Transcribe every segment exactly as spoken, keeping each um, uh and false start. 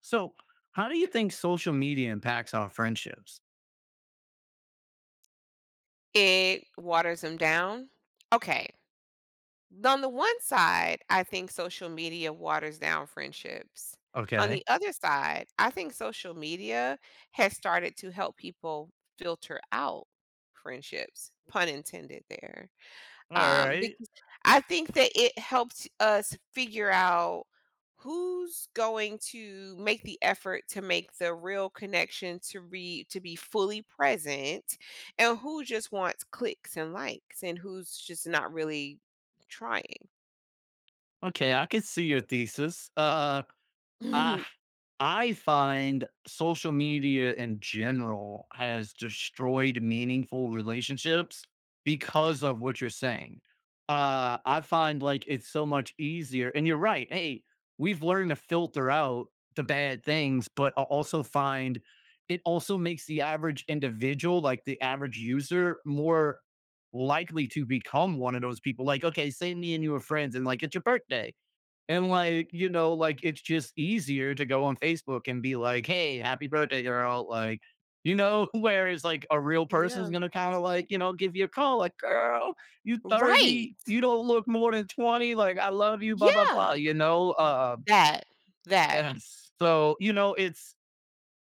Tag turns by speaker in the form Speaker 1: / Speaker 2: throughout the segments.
Speaker 1: So, how do you think social media impacts our friendships?
Speaker 2: It waters them down? Okay. On the one side, I think social media waters down friendships. On the
Speaker 1: Okay.
Speaker 2: other side, I think social media has started to help people filter out friendships, pun intended there.
Speaker 1: All
Speaker 2: Um,
Speaker 1: right.
Speaker 2: because I think that it helps us figure out who's going to make the effort to make the real connection to re to be fully present, and who just wants clicks and likes and who's just not really trying.
Speaker 1: Okay, I can see your thesis. Uh I I find social media in general has destroyed meaningful relationships
Speaker 2: Yeah.
Speaker 1: because of what you're saying. Uh, I find like it's so much easier, and you're right. Hey, we've learned to filter out the bad things, but I also find it also makes the average individual, like the average user, more likely to become one of those people. Like, okay, say me and you are friends, and like it's your birthday and like, you know, like it's just easier to go on Facebook and be like, hey, happy birthday, girl. Like, you know, whereas like a real person's
Speaker 2: Yeah.
Speaker 1: gonna kind of like, you know, give you a call, like, girl, you
Speaker 2: Right.
Speaker 1: thirty, you don't look more than twenty, like I love you, blah, blah,
Speaker 2: Yeah.
Speaker 1: blah, you know. Uh
Speaker 2: That that
Speaker 1: and so, you know, it's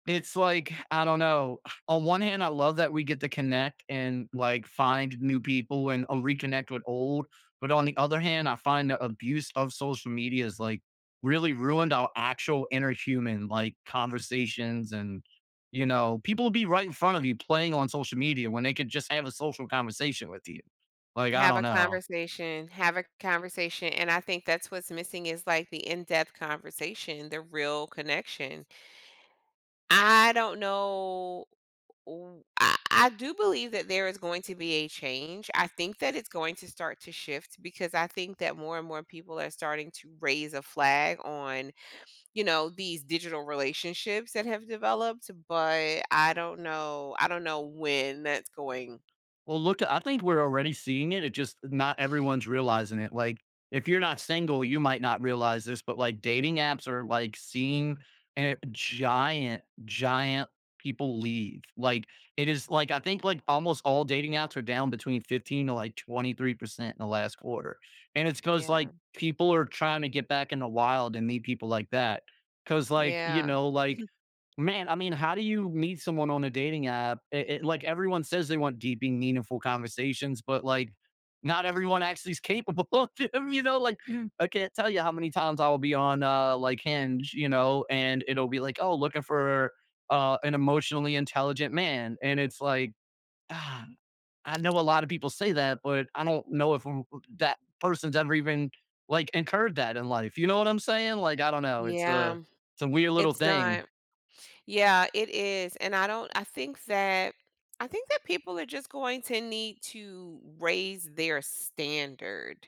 Speaker 1: it's like, I don't know. On one hand, I love that we get to connect and like find new people and uh, reconnect with old. But on the other hand, I find the abuse of social media is like really ruined our actual inner human like conversations and you know, people will be right in front of you playing on social media when they could just have a social conversation with you. Like, I
Speaker 2: have
Speaker 1: don't
Speaker 2: a
Speaker 1: know.
Speaker 2: conversation, have a conversation, and I think that's what's missing is like the in-depth conversation, the real connection. I don't know, w I I do believe that there is going to be a change. I think that it's going to start to shift because I think that more and more people are starting to raise a flag on, you know, these digital relationships that have developed, but I don't know, I don't know when that's going.
Speaker 1: Well, look, I think we're already seeing it. It just not everyone's realizing it. Like, if you're not single, you might not realize this, but like dating apps are like seeing a giant, giant people leave. Like, it is like, I think like almost all dating apps are down between fifteen to like twenty-three percent in the last quarter. And it's because
Speaker 2: Yeah.
Speaker 1: like people are trying to get back in the wild and meet people like that. Cause like, you
Speaker 2: Yeah.
Speaker 1: know, like man, I mean, how do you meet someone on a dating app? It, it, like everyone says they want deep and meaningful conversations, but like not everyone actually is capable of them, you know? Like I can't tell you how many times I will be on uh like Hinge, you know, and it'll be like, "Oh, looking for uh an emotionally intelligent man." And it's like, ah, I know a lot of people say that, but I don't know if that person's ever even like incurred that in life. You know what I'm saying? Like I don't know. It's a
Speaker 2: Yeah.
Speaker 1: it's a weird little
Speaker 2: It's
Speaker 1: thing.
Speaker 2: not. Yeah, it is. And I don't, I think that, I think that people are just going to need to raise their standard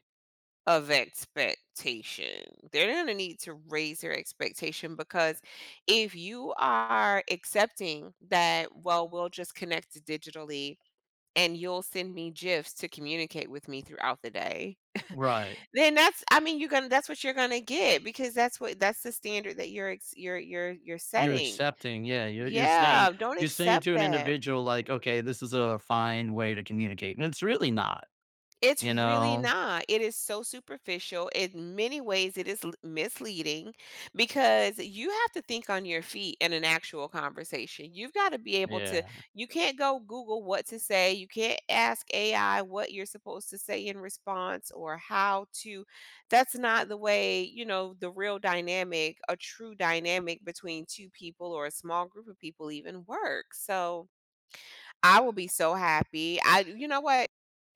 Speaker 2: of expectation. They're going to need to raise their expectation because if you are accepting that, well, we'll just connect digitally and you'll send me gifs to communicate with me throughout the day,
Speaker 1: Right.
Speaker 2: then that's, I mean, you're gonna, that's what you're gonna get because that's what, that's the standard that you're ex- you're you're you're
Speaker 1: You're
Speaker 2: setting.
Speaker 1: accepting, yeah, you're you're saying
Speaker 2: Yeah, don't
Speaker 1: you're saying
Speaker 2: accept
Speaker 1: to an
Speaker 2: that.
Speaker 1: individual like, "Okay, this is a fine way to communicate," and it's really not,
Speaker 2: It's
Speaker 1: you
Speaker 2: really
Speaker 1: know?
Speaker 2: not. It is so superficial. In many ways, it is l- misleading because you have to think on your feet in an actual conversation. You've got to be able to,
Speaker 1: Yeah,
Speaker 2: you can't go Google what to say. You can't ask A I what you're supposed to say in response or how to. That's not the way, you know, the real dynamic, a true dynamic between two people or a small group of people even works. So, I will be so happy. I, you know what?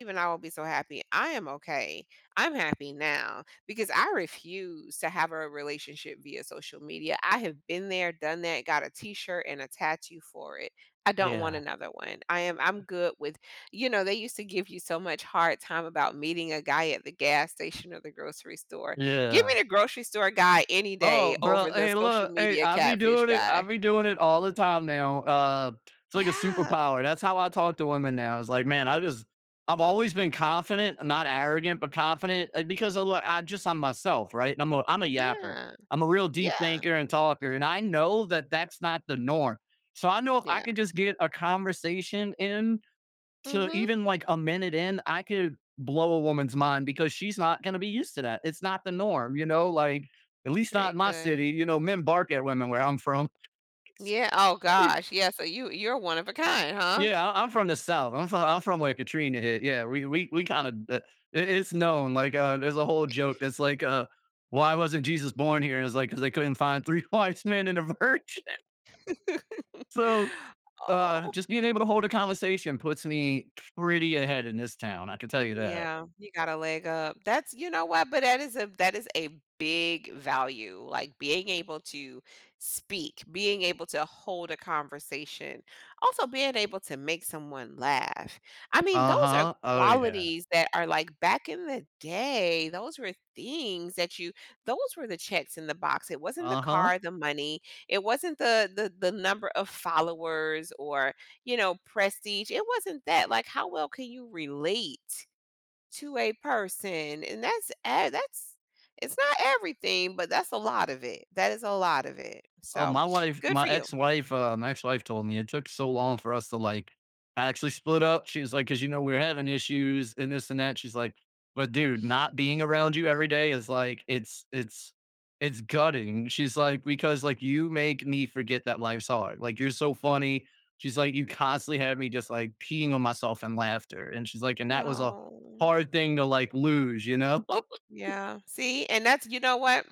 Speaker 2: Even I will be so happy. I am okay. I'm happy now because I refuse to have a relationship via social media. I have been there, done that, got a t-shirt and a tattoo for it. I don't want
Speaker 1: yeah,
Speaker 2: another one. I am, I'm good with, you know, they used to give you so much hard time about meeting a guy at the gas station or the grocery store. Give me
Speaker 1: yeah.
Speaker 2: the grocery store guy any
Speaker 1: Oh,
Speaker 2: day
Speaker 1: bro.
Speaker 2: over the
Speaker 1: Hey,
Speaker 2: social
Speaker 1: look. Hey,
Speaker 2: media
Speaker 1: I be
Speaker 2: catfish
Speaker 1: doing it. I
Speaker 2: guy.
Speaker 1: be doing it all the time now. Uh, it's like a
Speaker 2: Yeah.
Speaker 1: superpower. That's how I talk to women now. It's like, man, I just, I've always been confident, not arrogant, but confident uh, because of, look, I just, I'm myself, right? And I'm a, I'm a yapper.
Speaker 2: Yeah.
Speaker 1: I'm a real deep
Speaker 2: Yeah.
Speaker 1: thinker and talker, and I know that that's not the norm. So I know if I
Speaker 2: Yeah.
Speaker 1: can just get a conversation in to
Speaker 2: Mhm.
Speaker 1: even like a minute in, I could blow a woman's mind because she's not going to be used to that. It's not the norm, you know, like at least not
Speaker 2: Very
Speaker 1: in my
Speaker 2: good.
Speaker 1: city. You know, men bark at women where I'm from.
Speaker 2: Yeah, oh gosh, yeah, so you you're one of a kind, huh?
Speaker 1: Yeah, I- I'm from the South. I'm from, I'm from where Katrina hit. Yeah, we we we kind of it's known. Like, uh, there's a whole joke that's like, uh, why wasn't Jesus born here? It's like because they couldn't find three wise men and a virgin. So, uh,
Speaker 2: Oh.
Speaker 1: just being able to hold a conversation puts me pretty ahead in this town. I can tell you that.
Speaker 2: Yeah, you got a leg up. That's, you know what, but that is a, that is a big value. Like being able to speak, being able to hold a conversation, also being able to make someone laugh. I mean, those
Speaker 1: Uh
Speaker 2: are
Speaker 1: huh. Oh yeah.
Speaker 2: qualities that are like, back in the day, those were things that you, those were the checks in the box. It wasn't the
Speaker 1: Uh huh.
Speaker 2: car, the money, it wasn't the the the number of followers or, you know, prestige. It wasn't that. Like, how well can you relate to a person, and that's e that's, it's not everything, but that's a lot of it. That is a lot of it.
Speaker 1: Oh,
Speaker 2: So,
Speaker 1: my wife
Speaker 2: good for
Speaker 1: my
Speaker 2: you.
Speaker 1: ex-wife, uh, my ex-wife told me it took so long for us to, like, actually split up. She's like, "'Cause, you know, we're having issues and this and that." She's like, "But dude, not being around you every day is like it's it's it's gutting." She's like, "Because, like, you make me forget that life's hard. Like, you're so funny." She's like, "You constantly have me just, like, peeing on myself in laughter." And she's like, "And that was a
Speaker 2: Oh,
Speaker 1: hard thing to, like, lose." You know?
Speaker 2: yeah. See, and that's, you know what?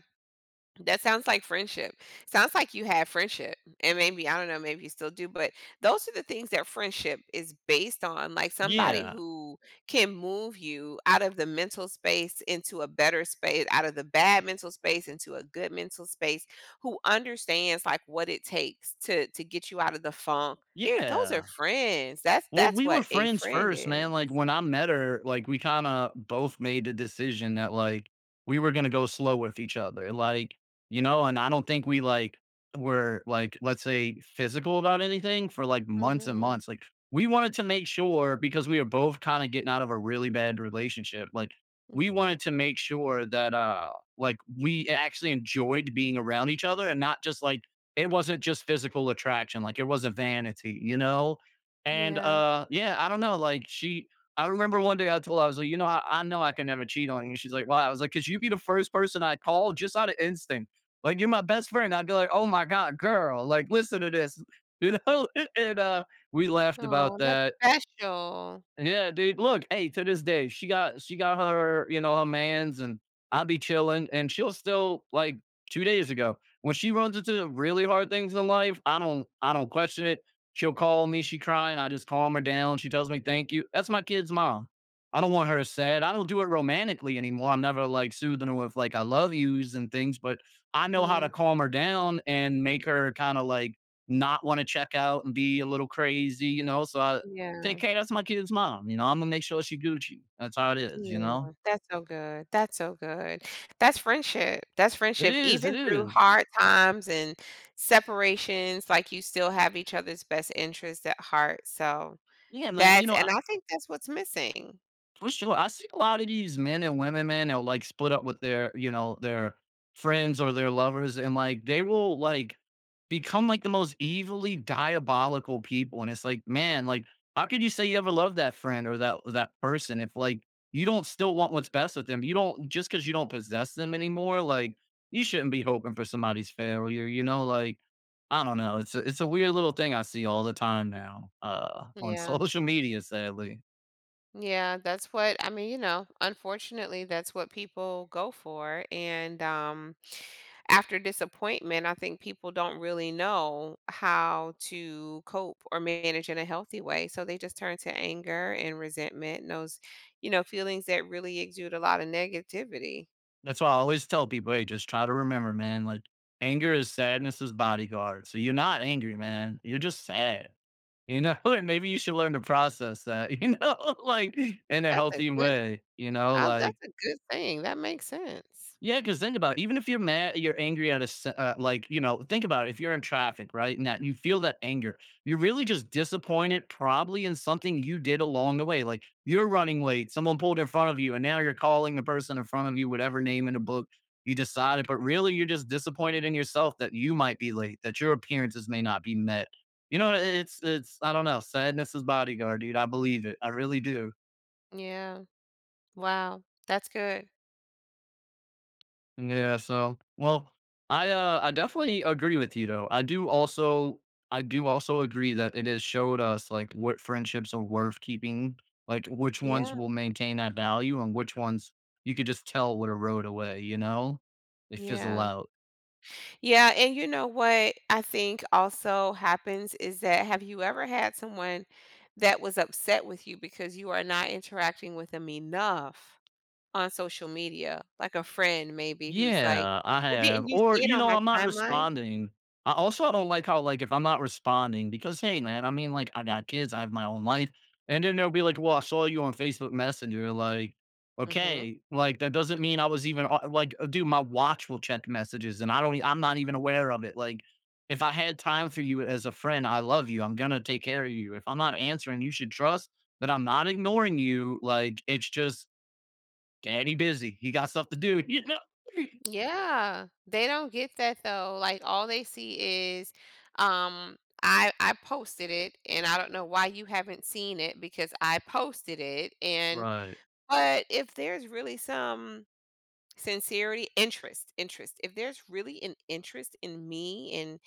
Speaker 2: That sounds like friendship. Sounds like you had friendship, and maybe, I don't know, maybe you still do, but those are the things that friendship is based on, like somebody
Speaker 1: Yeah.
Speaker 2: who can move you out of the mental space into a better space, out of the bad mental space into a good mental space, who understands like what it takes to to get you out of the funk. Those are
Speaker 1: Yeah.
Speaker 2: friends. That's
Speaker 1: Well,
Speaker 2: that's
Speaker 1: we were
Speaker 2: what a
Speaker 1: friends
Speaker 2: friend
Speaker 1: first,
Speaker 2: is.
Speaker 1: man, like, when I met her, like, we kinda both made the decision that, like, we were gonna go slow with each other, like, you know, and I don't think we, like, were, like, let's say, physical about anything for, like, months and
Speaker 2: Mhm,
Speaker 1: months, like, we wanted to make sure because we were both kinda getting out of a really bad relationship, like, we
Speaker 2: mhm.
Speaker 1: wanted to make sure that, uh, like, we actually enjoyed being around each other and not just, like it wasn't just physical attraction, like, it wasn't vanity, you know? And,
Speaker 2: Yeah.
Speaker 1: uh, yeah, I don't know, like, she I remember one day I told her, I was like, "You know, I I know I can never cheat on you." She's like, "Why?" I was like, "'Cause you'd be the first person I call just out of instinct. Like, you're my best friend." I'd be like, "Oh my god, girl, like, listen to this." You know? And, uh, we laughed about
Speaker 2: Oh, that's
Speaker 1: that,
Speaker 2: special.
Speaker 1: yeah, dude. Look, hey, to this day, she got she got her, you know, her man's, and I be chilling, and she'll still like two days ago when she runs into really hard things in life. I don't I don't question it. She'll call me. She crying. I just calm her down. She tells me thank you. That's my kid's mom. I don't want her sad. I don't do it romantically anymore. I'm never like soothing her with like I love yous and things, but I know how to
Speaker 2: Mhm,
Speaker 1: calm her down and make her kind of like not want to check out and be a little crazy, you know. So I,
Speaker 2: yeah.
Speaker 1: take care. That's my kid's mom. You know, I'm gonna make sure she Gucci. That's how it is. You
Speaker 2: Yeah,
Speaker 1: know,
Speaker 2: that's so good, that's so good. That's friendship, that's
Speaker 1: it
Speaker 2: friendship,
Speaker 1: is.
Speaker 2: even
Speaker 1: It
Speaker 2: through
Speaker 1: is.
Speaker 2: hard times and separations, like, you still have each other's best interests at heart, so
Speaker 1: Yeah, man. You
Speaker 2: that's,
Speaker 1: know,
Speaker 2: and I think that's what's missing.
Speaker 1: for sure. I see a lot of these men and women, man, they'll like split up with their, you know, their friends or their lovers, and like they will like become like the most evilly diabolical people. And it's like, man, like how could you say you ever loved that friend or that that person if like you don't still want what's best with them? You don't just because you don't possess them anymore, like you shouldn't be hoping for somebody's failure, you know, like I don't know. It's a, it's a weird little thing I see all the time now uh, on
Speaker 2: Yeah.
Speaker 1: social media, sadly.
Speaker 2: Yeah, that's what I mean, you know, unfortunately, that's what people go for. And um, after disappointment, I think people don't really know how to cope or manage in a healthy way. So they just turn to anger and resentment and those, you know, feelings that really exude a lot of negativity.
Speaker 1: That's why I always tell people, hey, just try to remember, man, like anger is sadness's bodyguard. So you're not angry, man. You're just sad. You know, and maybe you should learn to process that, you know, like in a
Speaker 2: That's a
Speaker 1: healthy
Speaker 2: good,
Speaker 1: way, you know,
Speaker 2: I,
Speaker 1: like
Speaker 2: that's a good thing. That makes sense.
Speaker 1: yeah, because think about it, even if you're mad you're angry at a s uh, like, you know, think about it, if you're in traffic, right, and that you feel that anger, you're really just disappointed probably in something you did along the way, like, you're running late, someone pulled in front of you, and now you're calling the person in front of you whatever name in the book you decided, but really you're just disappointed in yourself that you might be late, that your appearances may not be met. You know, it's it's I don't know, sadness is bodyguard, dude, I believe it, I really do.
Speaker 2: Yeah. Wow, that's good.
Speaker 1: Yeah, so well, I uh I definitely agree with you though. I do also I do also agree that it has showed us like what friendships are worth keeping, like which ones
Speaker 2: Yeah.
Speaker 1: will maintain that value and which ones you could just tell would erode away, you know? They fizzle
Speaker 2: Yeah.
Speaker 1: out.
Speaker 2: Yeah, and you know what I think also happens is that, have you ever had someone that was upset with you because you are not interacting with them enough on social media? Like a friend maybe who's like,
Speaker 1: Yeah, I
Speaker 2: "Well,
Speaker 1: have.
Speaker 2: didn't you
Speaker 1: Or,
Speaker 2: see it
Speaker 1: you
Speaker 2: on
Speaker 1: know,
Speaker 2: my
Speaker 1: I'm not
Speaker 2: timeline?"
Speaker 1: responding. I also I don't like how like if I'm not responding because hey man, I mean like I got kids, I have my own life. And then they'll be like, well, I saw you on Facebook Messenger, like,
Speaker 2: Mhm.
Speaker 1: okay, like that doesn't mean I was even uh, like uh, dude, my watch will check messages and I don't e- I'm not even aware of it. Like if I had time for you as a friend, I love you. I'm gonna take care of you. If I'm not answering, you should trust that I'm not ignoring you. Like it's just daddy busy. He got stuff to do, you know?
Speaker 2: Yeah. They don't get that though. Like all they see is, um, I I posted it and I don't know why you haven't seen it because I posted it and,
Speaker 1: Right.
Speaker 2: but if there's really some sincerity, interest, interest, if there's really an interest in me, and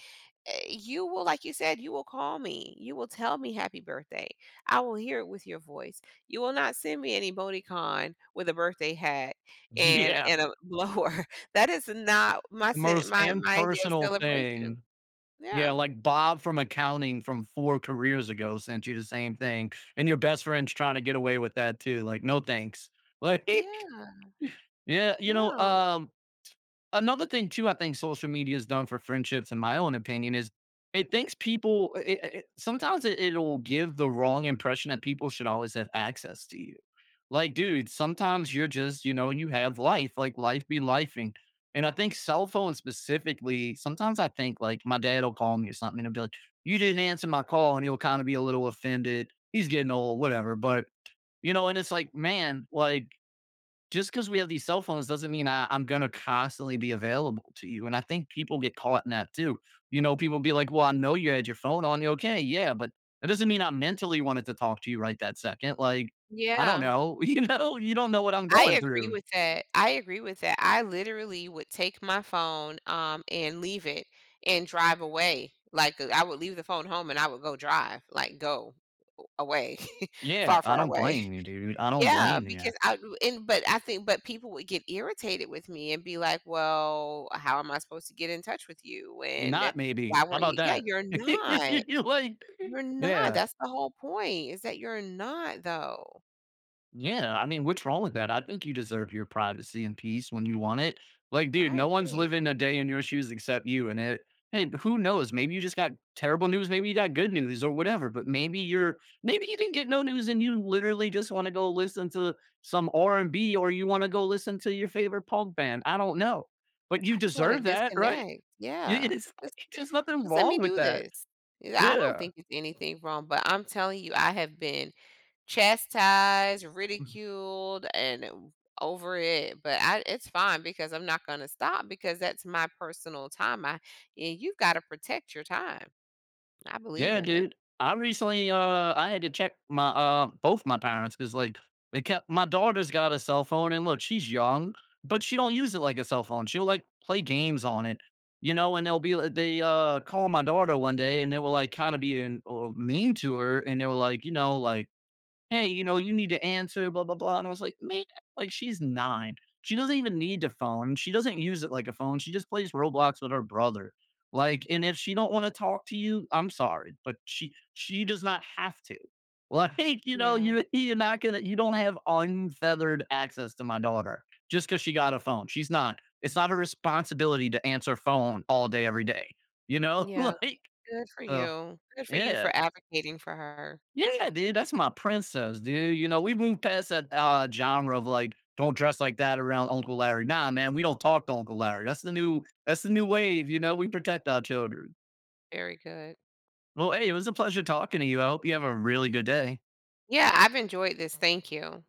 Speaker 2: eh, you will, like you said, you will call me, you will tell me happy birthday. I will hear it with your voice. You will not send me an emoticon with a birthday hat and
Speaker 1: Yeah.
Speaker 2: and a blower. That is not my
Speaker 1: The
Speaker 2: sen-
Speaker 1: most
Speaker 2: my my idea of
Speaker 1: impersonal
Speaker 2: celebration.
Speaker 1: thing. Yeah,
Speaker 2: Yeah,
Speaker 1: like Bob from accounting from four careers ago sent you the same thing, and your best friend's trying to get away with that too, like, "No, thanks." Like,
Speaker 2: yeah,
Speaker 1: yeah, you know,
Speaker 2: no,
Speaker 1: um another thing too, I think social media has done for friendships, in my own opinion, is it thinks people. It, it, it- sometimes it, it'll give the wrong impression that people should always have access to you. Like, dude, sometimes you're just, you know, you have life. Like, life be lifing. And I think cell phones specifically. Sometimes I think like my dad will call me or something and he'll be like, "You didn't answer my call," and he'll kind of be a little offended. He's getting old, whatever. But you know, and it's like, man, like just because we have these cell phones doesn't mean I, I'm going to constantly be available to you. And I think people get caught in that too. You know, people be like, well, I know you had your phone on you. Okay. Yeah. But that doesn't mean I mentally wanted to talk to you right that second. Like, I don't
Speaker 2: yeah.
Speaker 1: know. You know, you don't know what I'm
Speaker 2: I
Speaker 1: going
Speaker 2: agree
Speaker 1: through.
Speaker 2: with that. I agree with that. I literally would take my phone, um, and leave it and drive away. Like, uh, I would leave the phone home and I would go drive, like, go away,
Speaker 1: Yeah.
Speaker 2: far,
Speaker 1: I
Speaker 2: far
Speaker 1: don't
Speaker 2: away.
Speaker 1: blame you, dude. I don't
Speaker 2: Yeah,
Speaker 1: blame you.
Speaker 2: because I, and but I think, but people would get irritated with me and be like, "Well, how am I supposed to get in touch with you?
Speaker 1: You're
Speaker 2: And uh,
Speaker 1: not, maybe.
Speaker 2: why
Speaker 1: How
Speaker 2: weren't
Speaker 1: about
Speaker 2: you" Yeah,
Speaker 1: that?
Speaker 2: you're not.
Speaker 1: You like,
Speaker 2: You're not.
Speaker 1: yeah.
Speaker 2: That's the whole point, is that you're not, though.
Speaker 1: Yeah, I mean, what's wrong with that? I think you deserve your privacy and peace when you want it. Like, dude,
Speaker 2: I
Speaker 1: no one's
Speaker 2: agree.
Speaker 1: living a day in your shoes except you. And it, and who knows? Maybe you just got terrible news. Maybe you got good news or whatever. But maybe you're, maybe you didn't get no news, and you literally just want to go listen to some R and B, or you want to go listen to your favorite punk band. I don't know, but you
Speaker 2: I just wanna
Speaker 1: deserve that, right?
Speaker 2: disconnect.
Speaker 1: Y-
Speaker 2: Yeah.
Speaker 1: It's,
Speaker 2: Just
Speaker 1: there's nothing
Speaker 2: just let me
Speaker 1: wrong with
Speaker 2: do
Speaker 1: that.
Speaker 2: this. Yeah, I don't
Speaker 1: Yeah.
Speaker 2: think it's anything wrong, but I'm telling you, I have been chastised, ridiculed, and over it, but I, it's fine because I'm not gonna stop because that's my personal time. I And you've gotta protect your time. I believe
Speaker 1: Yeah,
Speaker 2: in it.
Speaker 1: dude. I recently, uh, I had to check my, uh, both my parents because, like, they kept my daughter's got a cell phone, and look, she's young, but she don't use it like a cell phone. She'll like play games on it, you know. And they'll be like, they uh call my daughter one day, and they were like kind of being uh, mean to her, and they were like, you know, like "Hey, you know, you need to answer, blah, blah, blah." And I was like, "Man, like, she's nine. She doesn't even need a phone. She doesn't use it like a phone. She just plays Roblox with her brother." Like, and if she don't wanna talk to you, I'm sorry, but she she does not have to. Like, you know,
Speaker 2: Yeah.
Speaker 1: you you're not gonna you don't have unfeathered access to my daughter just because she got a phone. She's not. It's not a responsibility to answer phone all day, every day. You know?
Speaker 2: Yeah.
Speaker 1: Like,
Speaker 2: Good for
Speaker 1: uh,
Speaker 2: you. Good for you
Speaker 1: yeah.
Speaker 2: for advocating for her.
Speaker 1: Yeah, dude, that's my princess, dude. You know, we moved past that uh, genre of like, don't dress like that around Uncle Larry. Nah, man, we don't talk to Uncle Larry. That's the new, that's the new wave. You know, we protect our children.
Speaker 2: Very good.
Speaker 1: Well, hey, it was a pleasure talking to you. I hope you have a really good day.
Speaker 2: Yeah, I've enjoyed this. Thank you.